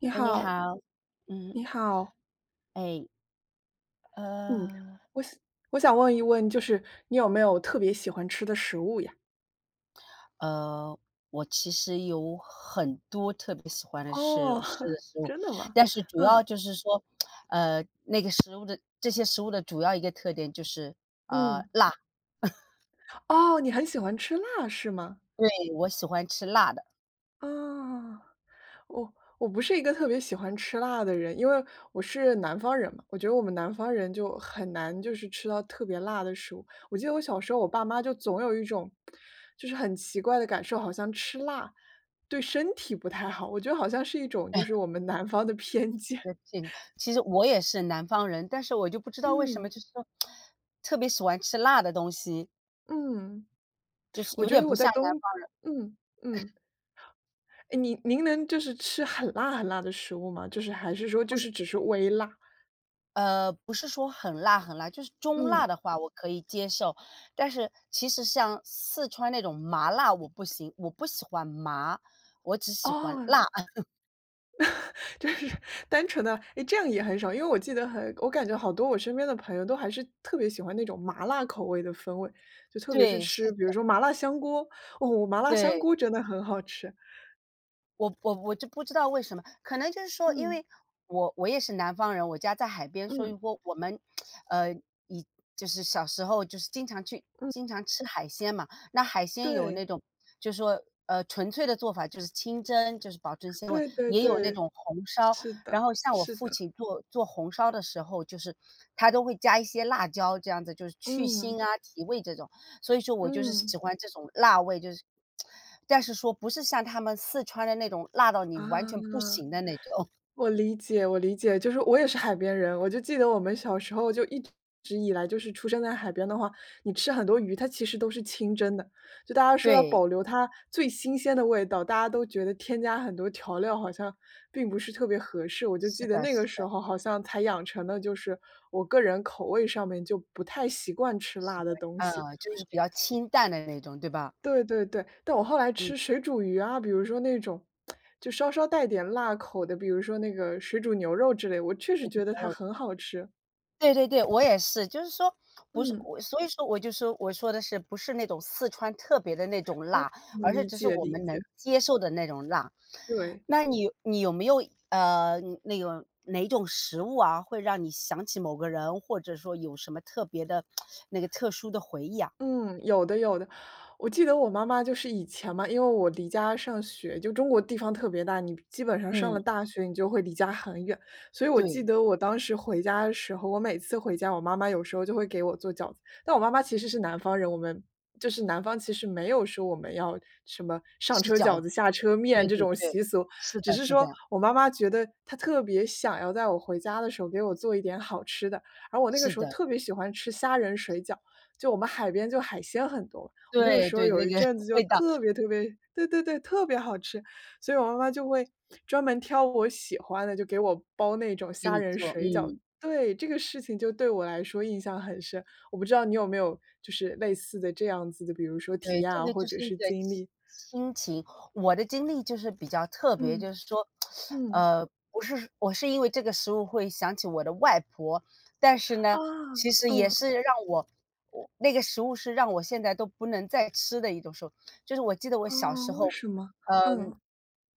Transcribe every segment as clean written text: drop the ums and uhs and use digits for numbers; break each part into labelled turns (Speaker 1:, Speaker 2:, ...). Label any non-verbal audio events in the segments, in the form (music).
Speaker 1: 你
Speaker 2: 喂，你好。
Speaker 1: 好，
Speaker 2: 嗯。
Speaker 1: 你好，
Speaker 2: 哎。
Speaker 1: 嗯，
Speaker 2: 呃，
Speaker 1: 我想我想问一问，就是你有没有特别喜欢吃的食物呀？
Speaker 2: 呃，我其实有很多特别喜欢的吃
Speaker 1: 哦，
Speaker 2: 吃
Speaker 1: (laughs)
Speaker 2: 的食物。
Speaker 1: 真的吗？
Speaker 2: 但是主要就是说，那个食物的这些食物的主要一个特点就是，
Speaker 1: 嗯，
Speaker 2: 辣。
Speaker 1: 哦，你很喜欢吃辣是吗？
Speaker 2: 对，我喜欢吃辣的。
Speaker 1: 啊。我不是一个特别喜欢吃辣的人，因为我是南方人嘛，我觉得我们南方人就很难就是吃到特别辣的食物。我记得我小时候，我爸妈就总有一种就是很奇怪的感受，好像吃辣对身体不太好。我觉得好像是一种就是我
Speaker 2: (laughs)
Speaker 1: 们南方的偏见。
Speaker 2: 对，
Speaker 1: (laughs)
Speaker 2: 这个其实我也是南方人，但是我就不知道为什么，
Speaker 1: 嗯
Speaker 2: 就是说特别喜欢吃辣的东西，
Speaker 1: 嗯，
Speaker 2: 就是
Speaker 1: 我
Speaker 2: 有
Speaker 1: 觉
Speaker 2: 点
Speaker 1: 得
Speaker 2: 不
Speaker 1: 我在
Speaker 2: 像南
Speaker 1: 东，嗯嗯，哎，您能就是吃很辣很辣的食物吗？就是还是说就是只是微辣？
Speaker 2: 不是说很辣很辣，就是中辣
Speaker 1: 嗯，
Speaker 2: 的话我可以接受，但是其实像四川那种麻辣我不行，我不喜欢麻，我只喜欢
Speaker 1: 哦，
Speaker 2: 辣。(laughs)
Speaker 1: 就是单纯的，哎，这样也很少。因为我记得我感觉好多我身边的朋友都还是特别喜欢那种麻辣口味的风味，就特别是
Speaker 2: 对，是
Speaker 1: 吃，比如
Speaker 2: 的，
Speaker 1: 说麻辣香锅，哦，麻辣香
Speaker 2: 对。
Speaker 1: 锅真的很好吃。
Speaker 2: 我就不知道为什么，可能就是说，因
Speaker 1: 嗯，
Speaker 2: 为我也是南方人，我家在海边，所以
Speaker 1: 嗯，
Speaker 2: 说我们，呃，以就是小时候就是经常去
Speaker 1: 嗯，
Speaker 2: 经常吃海鲜嘛。那海鲜有那
Speaker 1: 对，
Speaker 2: 种就是说纯粹的做法，就是清蒸，就是保证鲜味，
Speaker 1: 对对
Speaker 2: 也有那
Speaker 1: 对，
Speaker 2: 种红烧。
Speaker 1: 是
Speaker 2: 然
Speaker 1: 的，
Speaker 2: 后像我
Speaker 1: 是
Speaker 2: 父
Speaker 1: 的，
Speaker 2: 亲做红烧的时候，就是他都会加一些辣椒，这样子就是去腥
Speaker 1: 嗯，
Speaker 2: 啊、提味这种。所以说我就是
Speaker 1: 嗯，
Speaker 2: 喜欢这种辣味，就是但是说不是像他们四川的那种辣到你
Speaker 1: 啊。
Speaker 2: 完全不行的那种。(laughs)
Speaker 1: 我理解，我理解，就是我也是海边人，我就记得我们小时候就一直以来，就是出生在海边的话，你吃很多鱼，它其实都是清蒸的，就大家说要
Speaker 2: 对，
Speaker 1: 保留它最新鲜的味道，大家都觉得添加很多调料好像并不是特别合适。我就
Speaker 2: 是
Speaker 1: 记得
Speaker 2: 的
Speaker 1: 那个
Speaker 2: 是
Speaker 1: 时
Speaker 2: 的，
Speaker 1: 候好像才养成了，就是我个人口味上面就不太习惯吃
Speaker 2: 喜
Speaker 1: 辣的
Speaker 2: 欢，
Speaker 1: 东西。
Speaker 2: 啊，就是比较清淡的那种，对吧？
Speaker 1: 对对对，但我后来
Speaker 2: 嗯，
Speaker 1: 吃水煮鱼啊，比如说那种就稍稍带点辣口的，比如说那个水煮牛肉之类，我确
Speaker 2: 对
Speaker 1: 实
Speaker 2: 就
Speaker 1: 觉得它
Speaker 2: 牛肉，
Speaker 1: 很好吃。
Speaker 2: 对对对，我也是，就是说不是
Speaker 1: 嗯，
Speaker 2: 我所以说我就说我说的是不是那种四川特别的那种
Speaker 1: 嗯，
Speaker 2: 辣，
Speaker 1: 我
Speaker 2: 而是
Speaker 1: 理
Speaker 2: 只是
Speaker 1: 解
Speaker 2: 我
Speaker 1: 理
Speaker 2: 们
Speaker 1: 解，
Speaker 2: 能接受的那种辣。
Speaker 1: 对。
Speaker 2: 那你有没有，哪种食物啊，会让你想起某个人，或者说有什么特别的那个特殊的回忆啊？
Speaker 1: 嗯，有的有的。我记得我妈妈就是以前嘛，因为我离家上学，就中国地方特别大，你基本上上
Speaker 2: 嗯，
Speaker 1: 了大学，你就会离家很远。所以我记
Speaker 2: 对，
Speaker 1: 得我当时回家的时候，我每次回家，我妈妈有时候就会给我做饺子。但我妈妈其实是南方人，我们就是南方，其实没有说我们要什么上
Speaker 2: 是
Speaker 1: 车
Speaker 2: 饺
Speaker 1: 饺
Speaker 2: 子，
Speaker 1: 子下车
Speaker 2: 对
Speaker 1: 面这
Speaker 2: 对
Speaker 1: 种
Speaker 2: 对，
Speaker 1: 习俗，
Speaker 2: 是
Speaker 1: 只
Speaker 2: 的
Speaker 1: 是
Speaker 2: 是的，
Speaker 1: 说我妈妈觉得她特别想要在我回家的时候给我做一点好吃的。而我那个
Speaker 2: 是
Speaker 1: 时候
Speaker 2: 的，
Speaker 1: 特别喜欢吃虾仁水饺。就我们海边就海鲜很多，我那个
Speaker 2: 对
Speaker 1: 时候
Speaker 2: 对，
Speaker 1: 有
Speaker 2: 那
Speaker 1: 一
Speaker 2: 个
Speaker 1: 阵
Speaker 2: (laughs)
Speaker 1: 子就
Speaker 2: 味道
Speaker 1: 特别特别对对对，特别好吃。所以我妈妈就会专门挑我喜欢的，就给我包那种
Speaker 2: 给
Speaker 1: 虾
Speaker 2: 你
Speaker 1: 仁
Speaker 2: 做，
Speaker 1: 水饺。
Speaker 2: 嗯。
Speaker 1: 对，这个事情就对我来说印象很深，我不知道你有没有就是类似的这样子的，比如说体
Speaker 2: 对，
Speaker 1: 验
Speaker 2: 这
Speaker 1: 啊，
Speaker 2: 个
Speaker 1: 或
Speaker 2: 就
Speaker 1: 者
Speaker 2: 是一
Speaker 1: 是
Speaker 2: 个
Speaker 1: 经
Speaker 2: 亲
Speaker 1: 历？
Speaker 2: 亲情。我的经历就是比较特别，就
Speaker 1: 嗯，
Speaker 2: 是说，
Speaker 1: 嗯，
Speaker 2: 不是我是因为这个食物会想起我的外婆，但是
Speaker 1: 啊，
Speaker 2: 呢，其实也
Speaker 1: 嗯，
Speaker 2: 是我那个食物是让我现在都不能再吃的一种食物。就是我记得我小时
Speaker 1: 啊，为
Speaker 2: 候，
Speaker 1: 什么？
Speaker 2: 嗯，
Speaker 1: 嗯，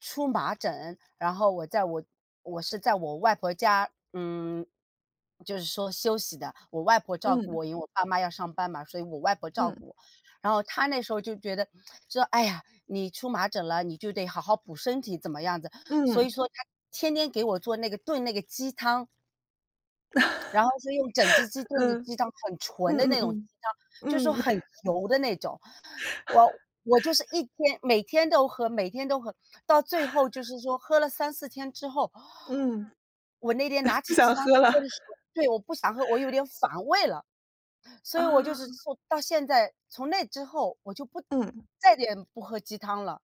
Speaker 2: 出麻疹，然后我是在我外婆家，就是说休息的。我外婆照顾
Speaker 1: 嗯，
Speaker 2: 我，因为我爸妈要上班嘛，所以我外婆照顾
Speaker 1: 嗯，
Speaker 2: 我。然后他那时候就觉得说：“知道哎呀，你出麻疹了，你就得好好补身体，怎么样子。”所以
Speaker 1: 嗯，
Speaker 2: 说他天天给我做那个炖那个鸡汤，然后是用整只鸡炖的
Speaker 1: 嗯，
Speaker 2: 鸡汤，很纯
Speaker 1: 嗯
Speaker 2: 的
Speaker 1: 嗯
Speaker 2: 那种鸡汤，就是说
Speaker 1: 嗯，嗯，
Speaker 2: 很油的那种。我就是每天都喝，每天都喝，到最后就是说喝了三四天之后，
Speaker 1: 嗯，
Speaker 2: 我那天拿
Speaker 1: 不
Speaker 2: 起鸡
Speaker 1: 想
Speaker 2: 汤
Speaker 1: 喝
Speaker 2: 喝
Speaker 1: 了，
Speaker 2: 的时候，对，我不想喝，我有点反胃了。
Speaker 1: (laughs)
Speaker 2: 所以我就是
Speaker 1: 啊。
Speaker 2: 说到现在从那之后，我就不
Speaker 1: 嗯，
Speaker 2: 再也不喝鸡汤了，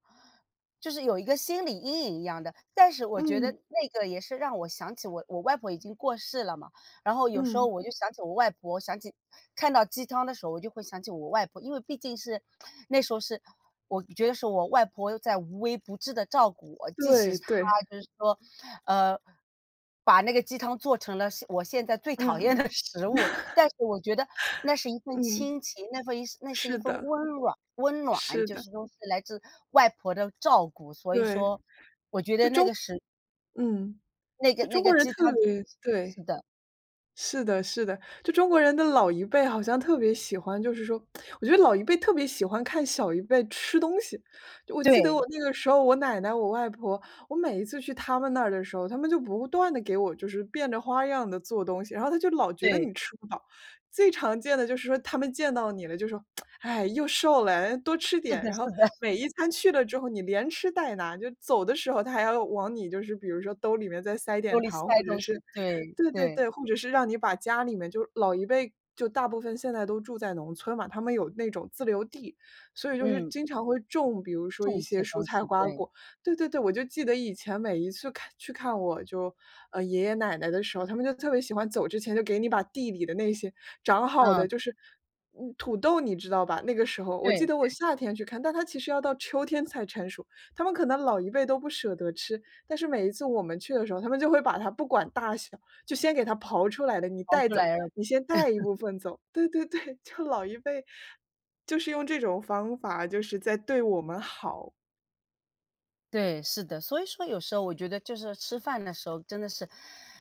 Speaker 2: 就是有一个心理阴影一样的。但是我觉得
Speaker 1: 嗯，
Speaker 2: 那个也是让我想起我外婆已经过世了嘛，然后有时候
Speaker 1: 嗯。
Speaker 2: 我就想起我外婆，看到鸡汤的时候，我就会想起我外婆，因为毕竟是那时候是我觉得是我外婆在无微不至的照顾我，即使
Speaker 1: 对
Speaker 2: 她
Speaker 1: 对。
Speaker 2: 就是说，呃，把那个鸡汤做成了我现在最讨厌
Speaker 1: 嗯，
Speaker 2: 的食物。但是我觉得那是一份
Speaker 1: 嗯。
Speaker 2: 亲情，那是一
Speaker 1: 是
Speaker 2: 份
Speaker 1: 的，
Speaker 2: 温暖，温暖，
Speaker 1: 是
Speaker 2: 就
Speaker 1: 的，
Speaker 2: 是说是来自外婆的照顾，所以
Speaker 1: 对。
Speaker 2: 说我觉得
Speaker 1: 嗯。
Speaker 2: 那个
Speaker 1: 就
Speaker 2: 那
Speaker 1: 中
Speaker 2: 个
Speaker 1: 国人
Speaker 2: 鸡汤
Speaker 1: 特
Speaker 2: 就
Speaker 1: 别
Speaker 2: 是
Speaker 1: 对，
Speaker 2: 是的，
Speaker 1: 是的，是的。就中国人的老一辈好像特别喜欢就是说我觉得老一辈特别喜欢看小一辈吃东西。就我记得
Speaker 2: 对，
Speaker 1: 我那个时候，我奶奶、我外婆，我每一次去他们那儿的时候，他们就不断的给我就是变着花样的做东西，然后他就老觉得
Speaker 2: 对，
Speaker 1: 你吃不饱。最常见的就是说他们见到你了就说：“哎，又瘦了，哎多吃
Speaker 2: 是
Speaker 1: 点。”
Speaker 2: 的
Speaker 1: 然
Speaker 2: 是
Speaker 1: 后
Speaker 2: 的，
Speaker 1: 每一餐去了之后，你连吃带拿，就走的时候他还要往你就是比如说兜里面再塞
Speaker 2: 兜
Speaker 1: 点
Speaker 2: 里
Speaker 1: 糖，
Speaker 2: 塞
Speaker 1: 或者
Speaker 2: 东
Speaker 1: 是
Speaker 2: 西，对，
Speaker 1: 对对
Speaker 2: 对，
Speaker 1: 对，或者是让你把家里面就老一辈就大部分现在都住在农村嘛，他们有那种自留地，所以就是
Speaker 2: 嗯，
Speaker 1: 经常会种，比如说
Speaker 2: 种
Speaker 1: 一
Speaker 2: 一
Speaker 1: 些
Speaker 2: 些
Speaker 1: 蔬
Speaker 2: 东
Speaker 1: 菜
Speaker 2: 西，
Speaker 1: 瓜
Speaker 2: 对，
Speaker 1: 果对对对，我就记得以前每一次看去看我就，呃，爷爷奶奶的时候，他们就特别喜欢走之前就给你把地里的那些长好
Speaker 2: 嗯，
Speaker 1: 的就是嗯，土豆你知道吧？那个时候我记
Speaker 2: 对，
Speaker 1: 得我夏天去看，但它其实要到秋天才成熟，他们可能老一辈都不舍得吃，但是每一次我们去的时候，他们就会把它不管大小，就先给它刨出来的，你
Speaker 2: 熬
Speaker 1: 带
Speaker 2: 出
Speaker 1: 走，
Speaker 2: 来，
Speaker 1: 你先带一部分走。对对对，(laughs) 就老一辈就是用这种方法，就是在对我们好。
Speaker 2: 对，是的。所以说有时候我觉得就是吃饭的时候，真的是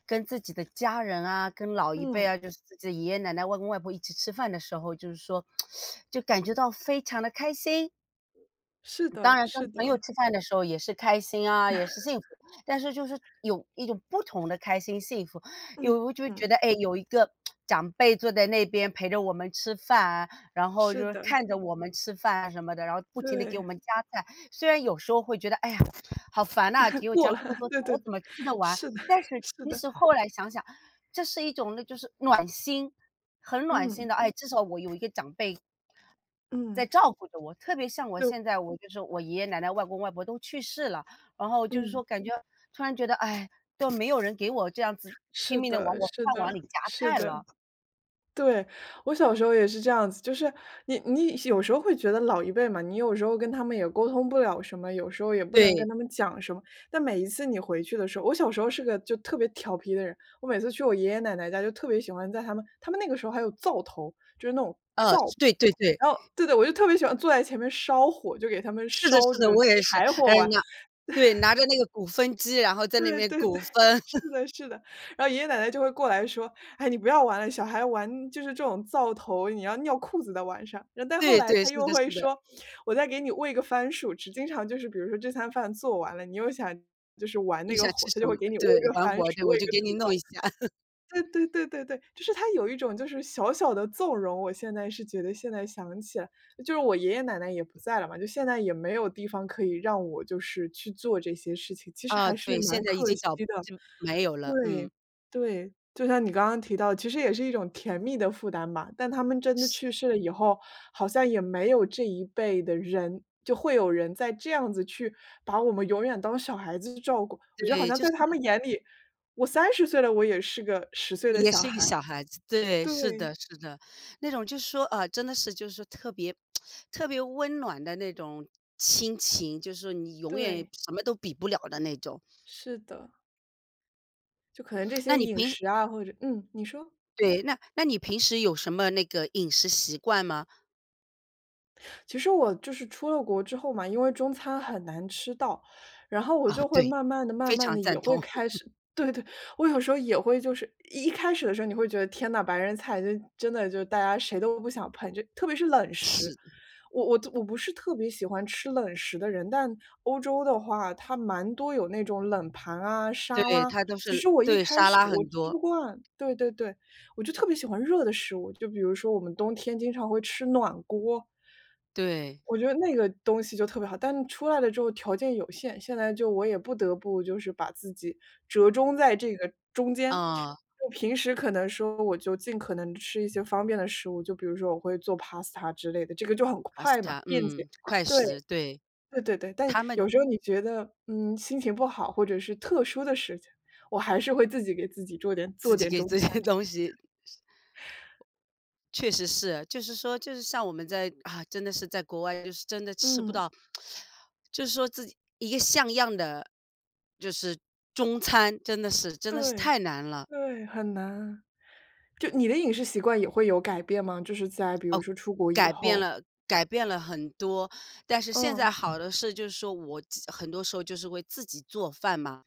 Speaker 2: 跟自己的家人啊，跟老一辈
Speaker 1: 嗯。
Speaker 2: 啊，就是自己的爷爷奶奶、外公外婆一起吃饭的时候，就是说，(tsk) 就感觉到非常的开心。
Speaker 1: 是
Speaker 2: 当
Speaker 1: 的
Speaker 2: 然
Speaker 1: 是
Speaker 2: 跟朋友
Speaker 1: 的，
Speaker 2: 吃饭的时候也是开心啊，也是幸福，但是就是有一种不同的开心幸福。有
Speaker 1: 嗯
Speaker 2: 我就觉得，
Speaker 1: 嗯，
Speaker 2: 哎，有一个长辈坐在那边陪着我们吃饭，然后
Speaker 1: 是
Speaker 2: 就是
Speaker 1: 的，
Speaker 2: 看着我们吃饭啊什么的，然后不停的给我
Speaker 1: 对，
Speaker 2: 们夹菜。虽然有时候会觉得，哎呀，好烦呐，给
Speaker 1: (laughs)
Speaker 2: 我夹
Speaker 1: 过了，
Speaker 2: 这么
Speaker 1: (laughs)
Speaker 2: 多菜，
Speaker 1: 对对，
Speaker 2: 我怎么吃得完？
Speaker 1: 是的
Speaker 2: 但是
Speaker 1: 是
Speaker 2: 其
Speaker 1: 的，
Speaker 2: 实后来想想，这是一种那就是暖心。很暖心
Speaker 1: 嗯
Speaker 2: 的，哎，至少我有一个长辈在
Speaker 1: 嗯，
Speaker 2: 照顾着我，特别像我
Speaker 1: 对，
Speaker 2: 现在，我就是我爷爷奶奶、外公外婆都去世了，然后就是
Speaker 1: 嗯，
Speaker 2: 说感觉突然觉得，哎，都没有人给我这样子拼
Speaker 1: 是
Speaker 2: 命的往
Speaker 1: 的
Speaker 2: 我
Speaker 1: 是
Speaker 2: 饭碗里
Speaker 1: 的
Speaker 2: 夹
Speaker 1: 是
Speaker 2: 菜
Speaker 1: 的，
Speaker 2: 了。
Speaker 1: 对。我小时候也是这样子，就是你你有时候会觉得老一辈嘛，你有时候跟他们也沟通不了什么，有时候也不能
Speaker 2: 对，
Speaker 1: 跟他们讲什么，但每一次你回去的时候我小时候是个就特别调皮的人，我每次去我爷爷奶奶家就特别喜欢在他们那个时候还有灶头，就是那种灶
Speaker 2: 对对对，
Speaker 1: 然后对对，我就特别喜欢坐在前面烧火，就给他们
Speaker 2: 是的
Speaker 1: 烧
Speaker 2: 是
Speaker 1: 着
Speaker 2: 的，我也是，
Speaker 1: 柴
Speaker 2: 哎
Speaker 1: 火玩。
Speaker 2: 对，拿着那个鼓风机，然后在那
Speaker 1: 对
Speaker 2: 边
Speaker 1: 对对，
Speaker 2: 鼓风。
Speaker 1: (laughs) 是
Speaker 2: (laughs)
Speaker 1: 的是的。然后爷爷奶奶就会过来说：“哎，你不要玩了，小孩玩就是这种灶头，你要尿裤子的晚上。”然后但后
Speaker 2: 对
Speaker 1: 来
Speaker 2: 对，
Speaker 1: 他
Speaker 2: 是
Speaker 1: 又
Speaker 2: 的
Speaker 1: 会
Speaker 2: 是的，
Speaker 1: 说：“我再给你喂个番薯吃。”经常就是比如说这餐饭做完了，你又想就是玩
Speaker 2: 你
Speaker 1: 那个
Speaker 2: 想吃
Speaker 1: 火，他
Speaker 2: 什
Speaker 1: 就会
Speaker 2: 么，
Speaker 1: 给你喂
Speaker 2: 对，
Speaker 1: 个
Speaker 2: 还
Speaker 1: 番
Speaker 2: 活着，
Speaker 1: 薯，
Speaker 2: 我
Speaker 1: 喂
Speaker 2: 就
Speaker 1: 个
Speaker 2: 给
Speaker 1: 土
Speaker 2: 你
Speaker 1: 豆。
Speaker 2: 弄一下。(laughs)
Speaker 1: 对对对对对，就是他有一种就是小小的纵容。我现在是觉得现在想起来，就是我爷爷奶奶也不在了嘛，就现在也没有地方可以让我就是去做这些事情，其实
Speaker 2: 啊，
Speaker 1: 还是
Speaker 2: 对，现
Speaker 1: 蛮
Speaker 2: 在已
Speaker 1: 可
Speaker 2: 经
Speaker 1: 惜
Speaker 2: 找
Speaker 1: 的。
Speaker 2: 就没有了，嗯，
Speaker 1: 对，对，就像你刚刚提到，其实也是一种甜蜜的负担吧，但他们真的去
Speaker 2: 是。
Speaker 1: 世了以后，好像也没有这一辈的人就会有人在这样子去把我们永远当小孩子照顾。我觉得好
Speaker 2: 对，
Speaker 1: 像
Speaker 2: 就
Speaker 1: 在
Speaker 2: 是
Speaker 1: 他们眼里我30岁了，我也是个十岁的
Speaker 2: 也
Speaker 1: 小
Speaker 2: 是一
Speaker 1: 孩。
Speaker 2: 个小孩子，对，是的，
Speaker 1: 对，
Speaker 2: 是的，那种就是说，啊，真的是就是说特别 (tsk) 特别温暖的那种亲情，就是说你永远
Speaker 1: 对，
Speaker 2: 什么都比不了的那种。
Speaker 1: 是的，就可能这
Speaker 2: 那
Speaker 1: 些
Speaker 2: 你
Speaker 1: 饮
Speaker 2: 平
Speaker 1: 食啊，或者嗯，你说。
Speaker 2: 对，那你平时有什么那个饮食习惯吗？
Speaker 1: 其实我就是出了国之后嘛，因为中餐很难吃到，然后我
Speaker 2: 啊，
Speaker 1: 就会
Speaker 2: 对，
Speaker 1: 慢慢的、慢
Speaker 2: 非
Speaker 1: 慢
Speaker 2: 常
Speaker 1: 的也
Speaker 2: 赞
Speaker 1: 会
Speaker 2: 同，
Speaker 1: 开始对对，我有时候也会就是一开始的时候你会觉得天呐，白人菜就真的就大家谁都不想碰，就特别是冷
Speaker 2: (laughs)
Speaker 1: 食。
Speaker 2: 是，
Speaker 1: 我不是特别喜欢吃冷食的人，但欧洲的话，它蛮多有那种冷盘啊、沙
Speaker 2: 对，
Speaker 1: 拉，
Speaker 2: 他都
Speaker 1: 其
Speaker 2: 是
Speaker 1: 实我一
Speaker 2: 对，
Speaker 1: 开
Speaker 2: 沙
Speaker 1: 始
Speaker 2: 拉
Speaker 1: 我
Speaker 2: 很
Speaker 1: 吃不
Speaker 2: 多，
Speaker 1: 惯，对对对。我就特别喜欢热的食物，就比如说我们冬天经常会吃暖锅。
Speaker 2: 对，
Speaker 1: 我觉得那个东西就特别好，但出来了之后条件有限，现在就我也不得不就是把自己折中在这个中间。
Speaker 2: 啊
Speaker 1: 就平时可能说我就尽可能吃一些方便的食物，就比如说我会做 pasta 之类的，这个就很快嘛，
Speaker 2: ，pasta，
Speaker 1: 便捷。
Speaker 2: 嗯，快
Speaker 1: 对，
Speaker 2: 食，对，
Speaker 1: 对对对，但
Speaker 2: 他们
Speaker 1: 有时候你觉得，嗯，心情不好或者是特殊的事情，我还是会自己给自己做点
Speaker 2: 自
Speaker 1: 做
Speaker 2: 己
Speaker 1: 点
Speaker 2: 给
Speaker 1: 中
Speaker 2: 这
Speaker 1: 餐
Speaker 2: 些
Speaker 1: 吃
Speaker 2: 东西确实是，就是说，就是像我们在啊，真的是在国外，就是真的吃不
Speaker 1: 嗯。
Speaker 2: 到，就是说自己一个像样的，就是中餐，真的是真的是
Speaker 1: 对，
Speaker 2: 太难了。
Speaker 1: 对，很难。就你的饮食习惯也会有改变吗？就是在比如说出国以后。
Speaker 2: 改变了很多。但是现在
Speaker 1: 嗯，
Speaker 2: 好的是，就是说很多时候就是会自己做饭嘛，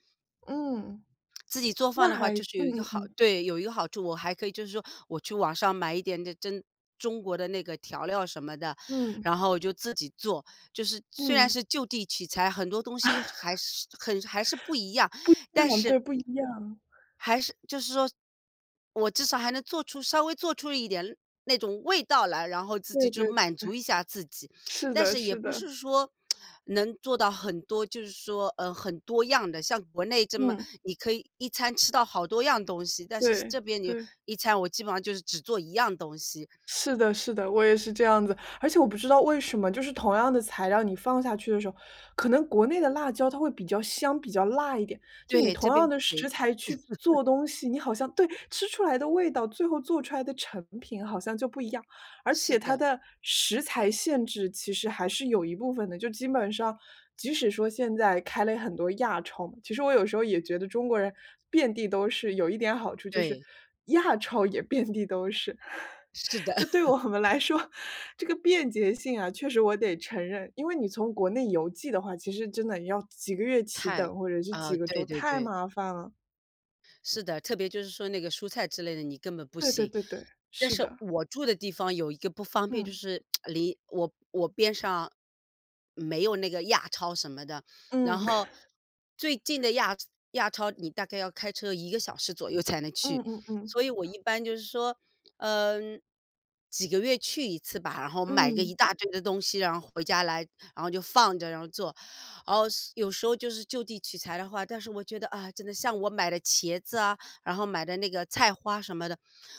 Speaker 1: 嗯，
Speaker 2: 自己做饭
Speaker 1: 那
Speaker 2: 的话，
Speaker 1: 还
Speaker 2: 就是有一个
Speaker 1: 嗯
Speaker 2: 好，
Speaker 1: 嗯
Speaker 2: 对，有一个好处，我还可以就是说我去网上买一点的中国的那个调料什么的，
Speaker 1: 嗯，嗯，
Speaker 2: 然后我就自己做。就是虽然
Speaker 1: 嗯，
Speaker 2: 是就地取材，很多东西还是不一样，但
Speaker 1: 那好像
Speaker 2: 是
Speaker 1: 对，不一样。
Speaker 2: 还是就是说，我至少还能做出稍微做出一点那种味道来，然后自己
Speaker 1: 对
Speaker 2: 就
Speaker 1: 对
Speaker 2: 满足
Speaker 1: 对，
Speaker 2: 一下自己。
Speaker 1: 是
Speaker 2: 但
Speaker 1: 的
Speaker 2: 是也
Speaker 1: 是
Speaker 2: 不
Speaker 1: 的，
Speaker 2: 是说能做到很多，就是说，很多样的。像国内这么，
Speaker 1: 嗯，
Speaker 2: 你可以一餐吃到好多样东西，但是
Speaker 1: 对，
Speaker 2: 这边你
Speaker 1: 对。
Speaker 2: 一餐我基本上就是只做一样东西。
Speaker 1: 是的，是的，我也是这样子。而且我不知道为什么，就是同样的材料，你放下去的时候，可能国内的辣椒它会比较香、比较辣一点。就你
Speaker 2: 对，这
Speaker 1: 同
Speaker 2: 边
Speaker 1: 样
Speaker 2: 不
Speaker 1: 的
Speaker 2: 行。
Speaker 1: 食材去做东西，你好像对，吃出来的味道，最后做出来的成品好像就不一样。而
Speaker 2: 是
Speaker 1: 且它
Speaker 2: 的，
Speaker 1: 的食材限制其实还是有一部分的，就基本上即使说现在开了很多亚超嘛，其实我有时候也觉得中国人遍地都是，有一点好处就是
Speaker 2: 对，
Speaker 1: 亚超也遍地都是。(laughs)
Speaker 2: 是的，
Speaker 1: 就对
Speaker 2: (laughs)
Speaker 1: 我们来说，这个便捷性啊，确实我得承认，因为你从国内邮寄的话，其实真的要几个月起
Speaker 2: 太
Speaker 1: 等，或者是
Speaker 2: 啊，
Speaker 1: 几个
Speaker 2: 对
Speaker 1: 周，
Speaker 2: 对
Speaker 1: 太
Speaker 2: 对。
Speaker 1: 麻烦了。
Speaker 2: 是的，特别就是说那个蔬菜之类的，你根本不
Speaker 1: 对对
Speaker 2: 行。
Speaker 1: 对对，
Speaker 2: 但
Speaker 1: 是
Speaker 2: 是
Speaker 1: 的，
Speaker 2: 我住的地方有一个不方便，就
Speaker 1: 嗯，
Speaker 2: 是呃离我我边上没有那个亚超什么的，然
Speaker 1: 嗯 (laughs)，
Speaker 2: 后最近的亚超你大概要开车一个小时左右才能
Speaker 1: 嗯
Speaker 2: 去，
Speaker 1: 嗯嗯，
Speaker 2: 所以我一般就是说，嗯、几个月去一次吧，然后买个
Speaker 1: 嗯，
Speaker 2: 一大堆的东西，然后回家来，然后就放着，然后做。哦，是有时候就是就地取材的话，但是我觉得啊，真的像我买的茄子啊，然后买的那个菜花什么的，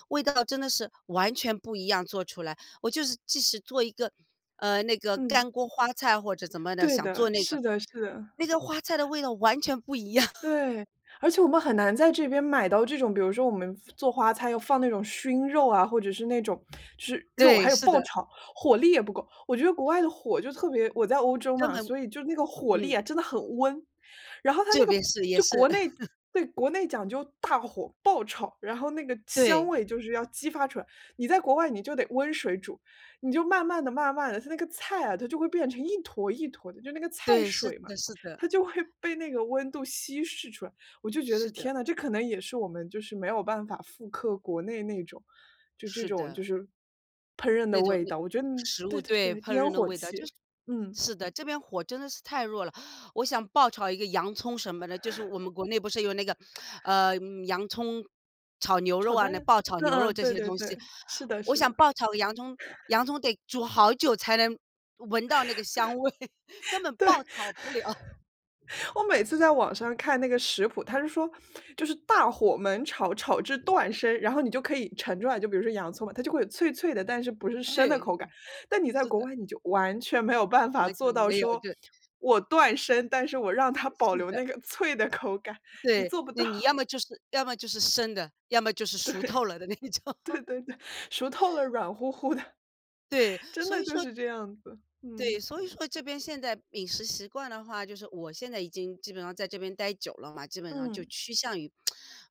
Speaker 2: 味道真的是完全不一样做出来。我就是即使做一个，那个
Speaker 1: 嗯。
Speaker 2: 干锅花菜或者怎么的，
Speaker 1: 对
Speaker 2: 想
Speaker 1: 的，
Speaker 2: 做那个，
Speaker 1: 是的是的，
Speaker 2: 那个花菜的味道完全不一样。(laughs)
Speaker 1: 对。而且我们很难在这边买到这种，比如说我们做花菜要放那种熏肉啊，或者是那种就是肉，
Speaker 2: 对，
Speaker 1: 还有
Speaker 2: 是
Speaker 1: 爆
Speaker 2: 的，
Speaker 1: 炒，火力也不够。我觉得国外的火就特别，我在欧洲
Speaker 2: 根
Speaker 1: 嘛，
Speaker 2: 本
Speaker 1: 所以就那个火力
Speaker 2: 嗯，
Speaker 1: 啊，真的很温。然后它
Speaker 2: 这
Speaker 1: 那个
Speaker 2: 边是也
Speaker 1: 就
Speaker 2: 是
Speaker 1: 国内，
Speaker 2: (laughs)，
Speaker 1: 对，国内讲究大火爆炒，然后那个香
Speaker 2: 对，
Speaker 1: 味就是要激发出来。你在国外你就得温水煮，你就慢慢的、慢慢的，它那个菜啊，它就会变成一坨一坨的，就那个菜
Speaker 2: 对，是
Speaker 1: 水嘛。
Speaker 2: 的，是的，
Speaker 1: 它就会 (laughs) 被那个温度稀释出来。我就觉得
Speaker 2: 是
Speaker 1: 天
Speaker 2: 的，
Speaker 1: 呐，这可能也是我们就是没有办法复刻国内那种，就这
Speaker 2: 是
Speaker 1: 种就
Speaker 2: 的。
Speaker 1: 是烹饪
Speaker 2: 那
Speaker 1: 的
Speaker 2: 种
Speaker 1: 味
Speaker 2: 那
Speaker 1: 道。我觉得
Speaker 2: 食物
Speaker 1: 对对
Speaker 2: 对，
Speaker 1: 对，
Speaker 2: 烹
Speaker 1: 烟
Speaker 2: 饪的
Speaker 1: 火
Speaker 2: 味道，就
Speaker 1: 气，
Speaker 2: 是
Speaker 1: 嗯，
Speaker 2: 是的，这边火真的是太弱了。我想爆炒一个洋葱什么的，就是我们国内不是有那个，洋葱炒牛肉
Speaker 1: 炒
Speaker 2: 啊，
Speaker 1: 蛋，
Speaker 2: 那爆炒
Speaker 1: 嗯
Speaker 2: 牛肉
Speaker 1: 嗯，
Speaker 2: 这
Speaker 1: 对
Speaker 2: 些
Speaker 1: 对
Speaker 2: 东西，
Speaker 1: 对，是的
Speaker 2: 我
Speaker 1: 是
Speaker 2: 想
Speaker 1: 的，
Speaker 2: 爆炒个洋葱，洋葱得煮好久才能闻到那个香味。(laughs) 根本爆
Speaker 1: 对。
Speaker 2: 炒不了。(laughs)
Speaker 1: 我每次在网上看那个食谱，它是说就是大火焖炒，炒至断生，然后你就可以盛出来，就比如说洋葱嘛，它就会有脆脆的，但是不是生的
Speaker 2: 对，
Speaker 1: 口感。但你在
Speaker 2: 是
Speaker 1: 国
Speaker 2: 的，
Speaker 1: 外，你就完全没有办法
Speaker 2: 完全
Speaker 1: 做到
Speaker 2: 没有，
Speaker 1: 说，
Speaker 2: 就
Speaker 1: 我断生，但是我让它保
Speaker 2: 是
Speaker 1: 留
Speaker 2: 的，
Speaker 1: 那个脆的口感，你
Speaker 2: 对，
Speaker 1: 做不
Speaker 2: 那
Speaker 1: 到。
Speaker 2: 你要
Speaker 1: (laughs)
Speaker 2: 么就是要么就是生的，要么就是熟透了的那种。(laughs)
Speaker 1: 对对对，熟透了软乎乎的，
Speaker 2: 对，
Speaker 1: 真
Speaker 2: 所
Speaker 1: 的
Speaker 2: 以
Speaker 1: 就
Speaker 2: 说
Speaker 1: 是这样子。嗯，
Speaker 2: 对，所以说这边现在饮食习惯的话，就是我现在已经基本上在这边待久了嘛，基本上就
Speaker 1: 嗯，
Speaker 2: 趋向于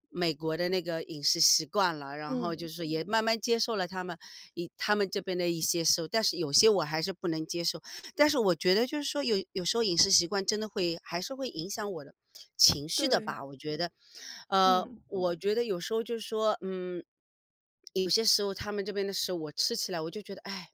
Speaker 2: 美国的那个饮食习惯了，然后就
Speaker 1: 嗯，
Speaker 2: 是也慢慢接受了他们这边的一些食物，但是有些我还是不能接受。但是我觉得就是说有时候饮食习惯真的会还是会影响我的情绪的
Speaker 1: 对，
Speaker 2: 吧，我觉得，
Speaker 1: 嗯。
Speaker 2: 我觉得有时候就是说，嗯，有些食物他们这边的食物我吃起来我就觉得，哎，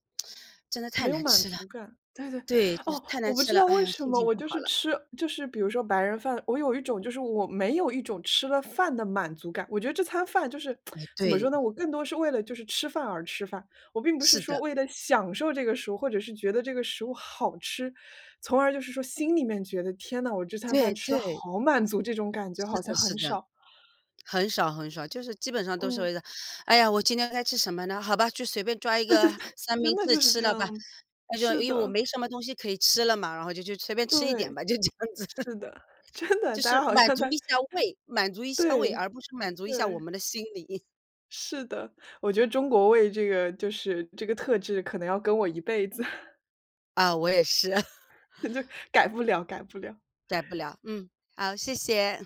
Speaker 2: 真的太
Speaker 1: 没有
Speaker 2: 难
Speaker 1: 满
Speaker 2: 吃了。
Speaker 1: 足感，对对。
Speaker 2: 对，就是
Speaker 1: 哦，
Speaker 2: 太难
Speaker 1: 我不
Speaker 2: 吃
Speaker 1: 知
Speaker 2: 了，
Speaker 1: 道
Speaker 2: 哎
Speaker 1: 为
Speaker 2: 呀，
Speaker 1: 什
Speaker 2: 心
Speaker 1: 么，
Speaker 2: 情
Speaker 1: 我
Speaker 2: 不
Speaker 1: 就
Speaker 2: 好
Speaker 1: 是
Speaker 2: 了。
Speaker 1: 吃就是比如说白人饭，我有一种就是我没有一种吃了饭的满足感。我觉得这餐饭就是
Speaker 2: 哦，
Speaker 1: 怎么
Speaker 2: 对，
Speaker 1: 说呢，我更多是为了就是吃饭而吃饭，我并不是
Speaker 2: 是
Speaker 1: 说
Speaker 2: 的，
Speaker 1: 为了享受这个食物，或者是觉得这个食物好吃，从而就是说心里面觉得天呐，我这餐饭
Speaker 2: 对
Speaker 1: 吃的
Speaker 2: 对，
Speaker 1: 好满足，这种感觉
Speaker 2: 是
Speaker 1: 好
Speaker 2: 的
Speaker 1: 像
Speaker 2: 是
Speaker 1: 很
Speaker 2: 的，
Speaker 1: 少。
Speaker 2: 很少很少，就是基本上都是
Speaker 1: 嗯，
Speaker 2: 为了，哎呀，我今天该吃什么呢？好吧，就随便抓一
Speaker 1: (laughs) 对
Speaker 2: 个
Speaker 1: 对对，
Speaker 2: 三
Speaker 1: 真
Speaker 2: 明
Speaker 1: 的
Speaker 2: 治
Speaker 1: 就是
Speaker 2: 吃
Speaker 1: 这
Speaker 2: 了吧。
Speaker 1: 样。
Speaker 2: 那就
Speaker 1: 是
Speaker 2: 因为我
Speaker 1: 的，
Speaker 2: 没什么东西可以吃了嘛，然后就随便吃一点
Speaker 1: 对，
Speaker 2: 吧，就这样子。
Speaker 1: 是
Speaker 2: (laughs)
Speaker 1: 的，真的，
Speaker 2: 就
Speaker 1: 大
Speaker 2: 是
Speaker 1: 家好
Speaker 2: 满
Speaker 1: 像
Speaker 2: 足
Speaker 1: 在
Speaker 2: 一下胃，满足一下胃，
Speaker 1: 对。
Speaker 2: 而不是满足一下我
Speaker 1: 对，
Speaker 2: 们的心理。
Speaker 1: 是的，我觉得中国胃这个就是这个特质可能要跟我一辈子，
Speaker 2: (laughs) 啊，我也是
Speaker 1: (laughs) 就改不了改不了。
Speaker 2: (laughs)，改不了，嗯，好，谢谢。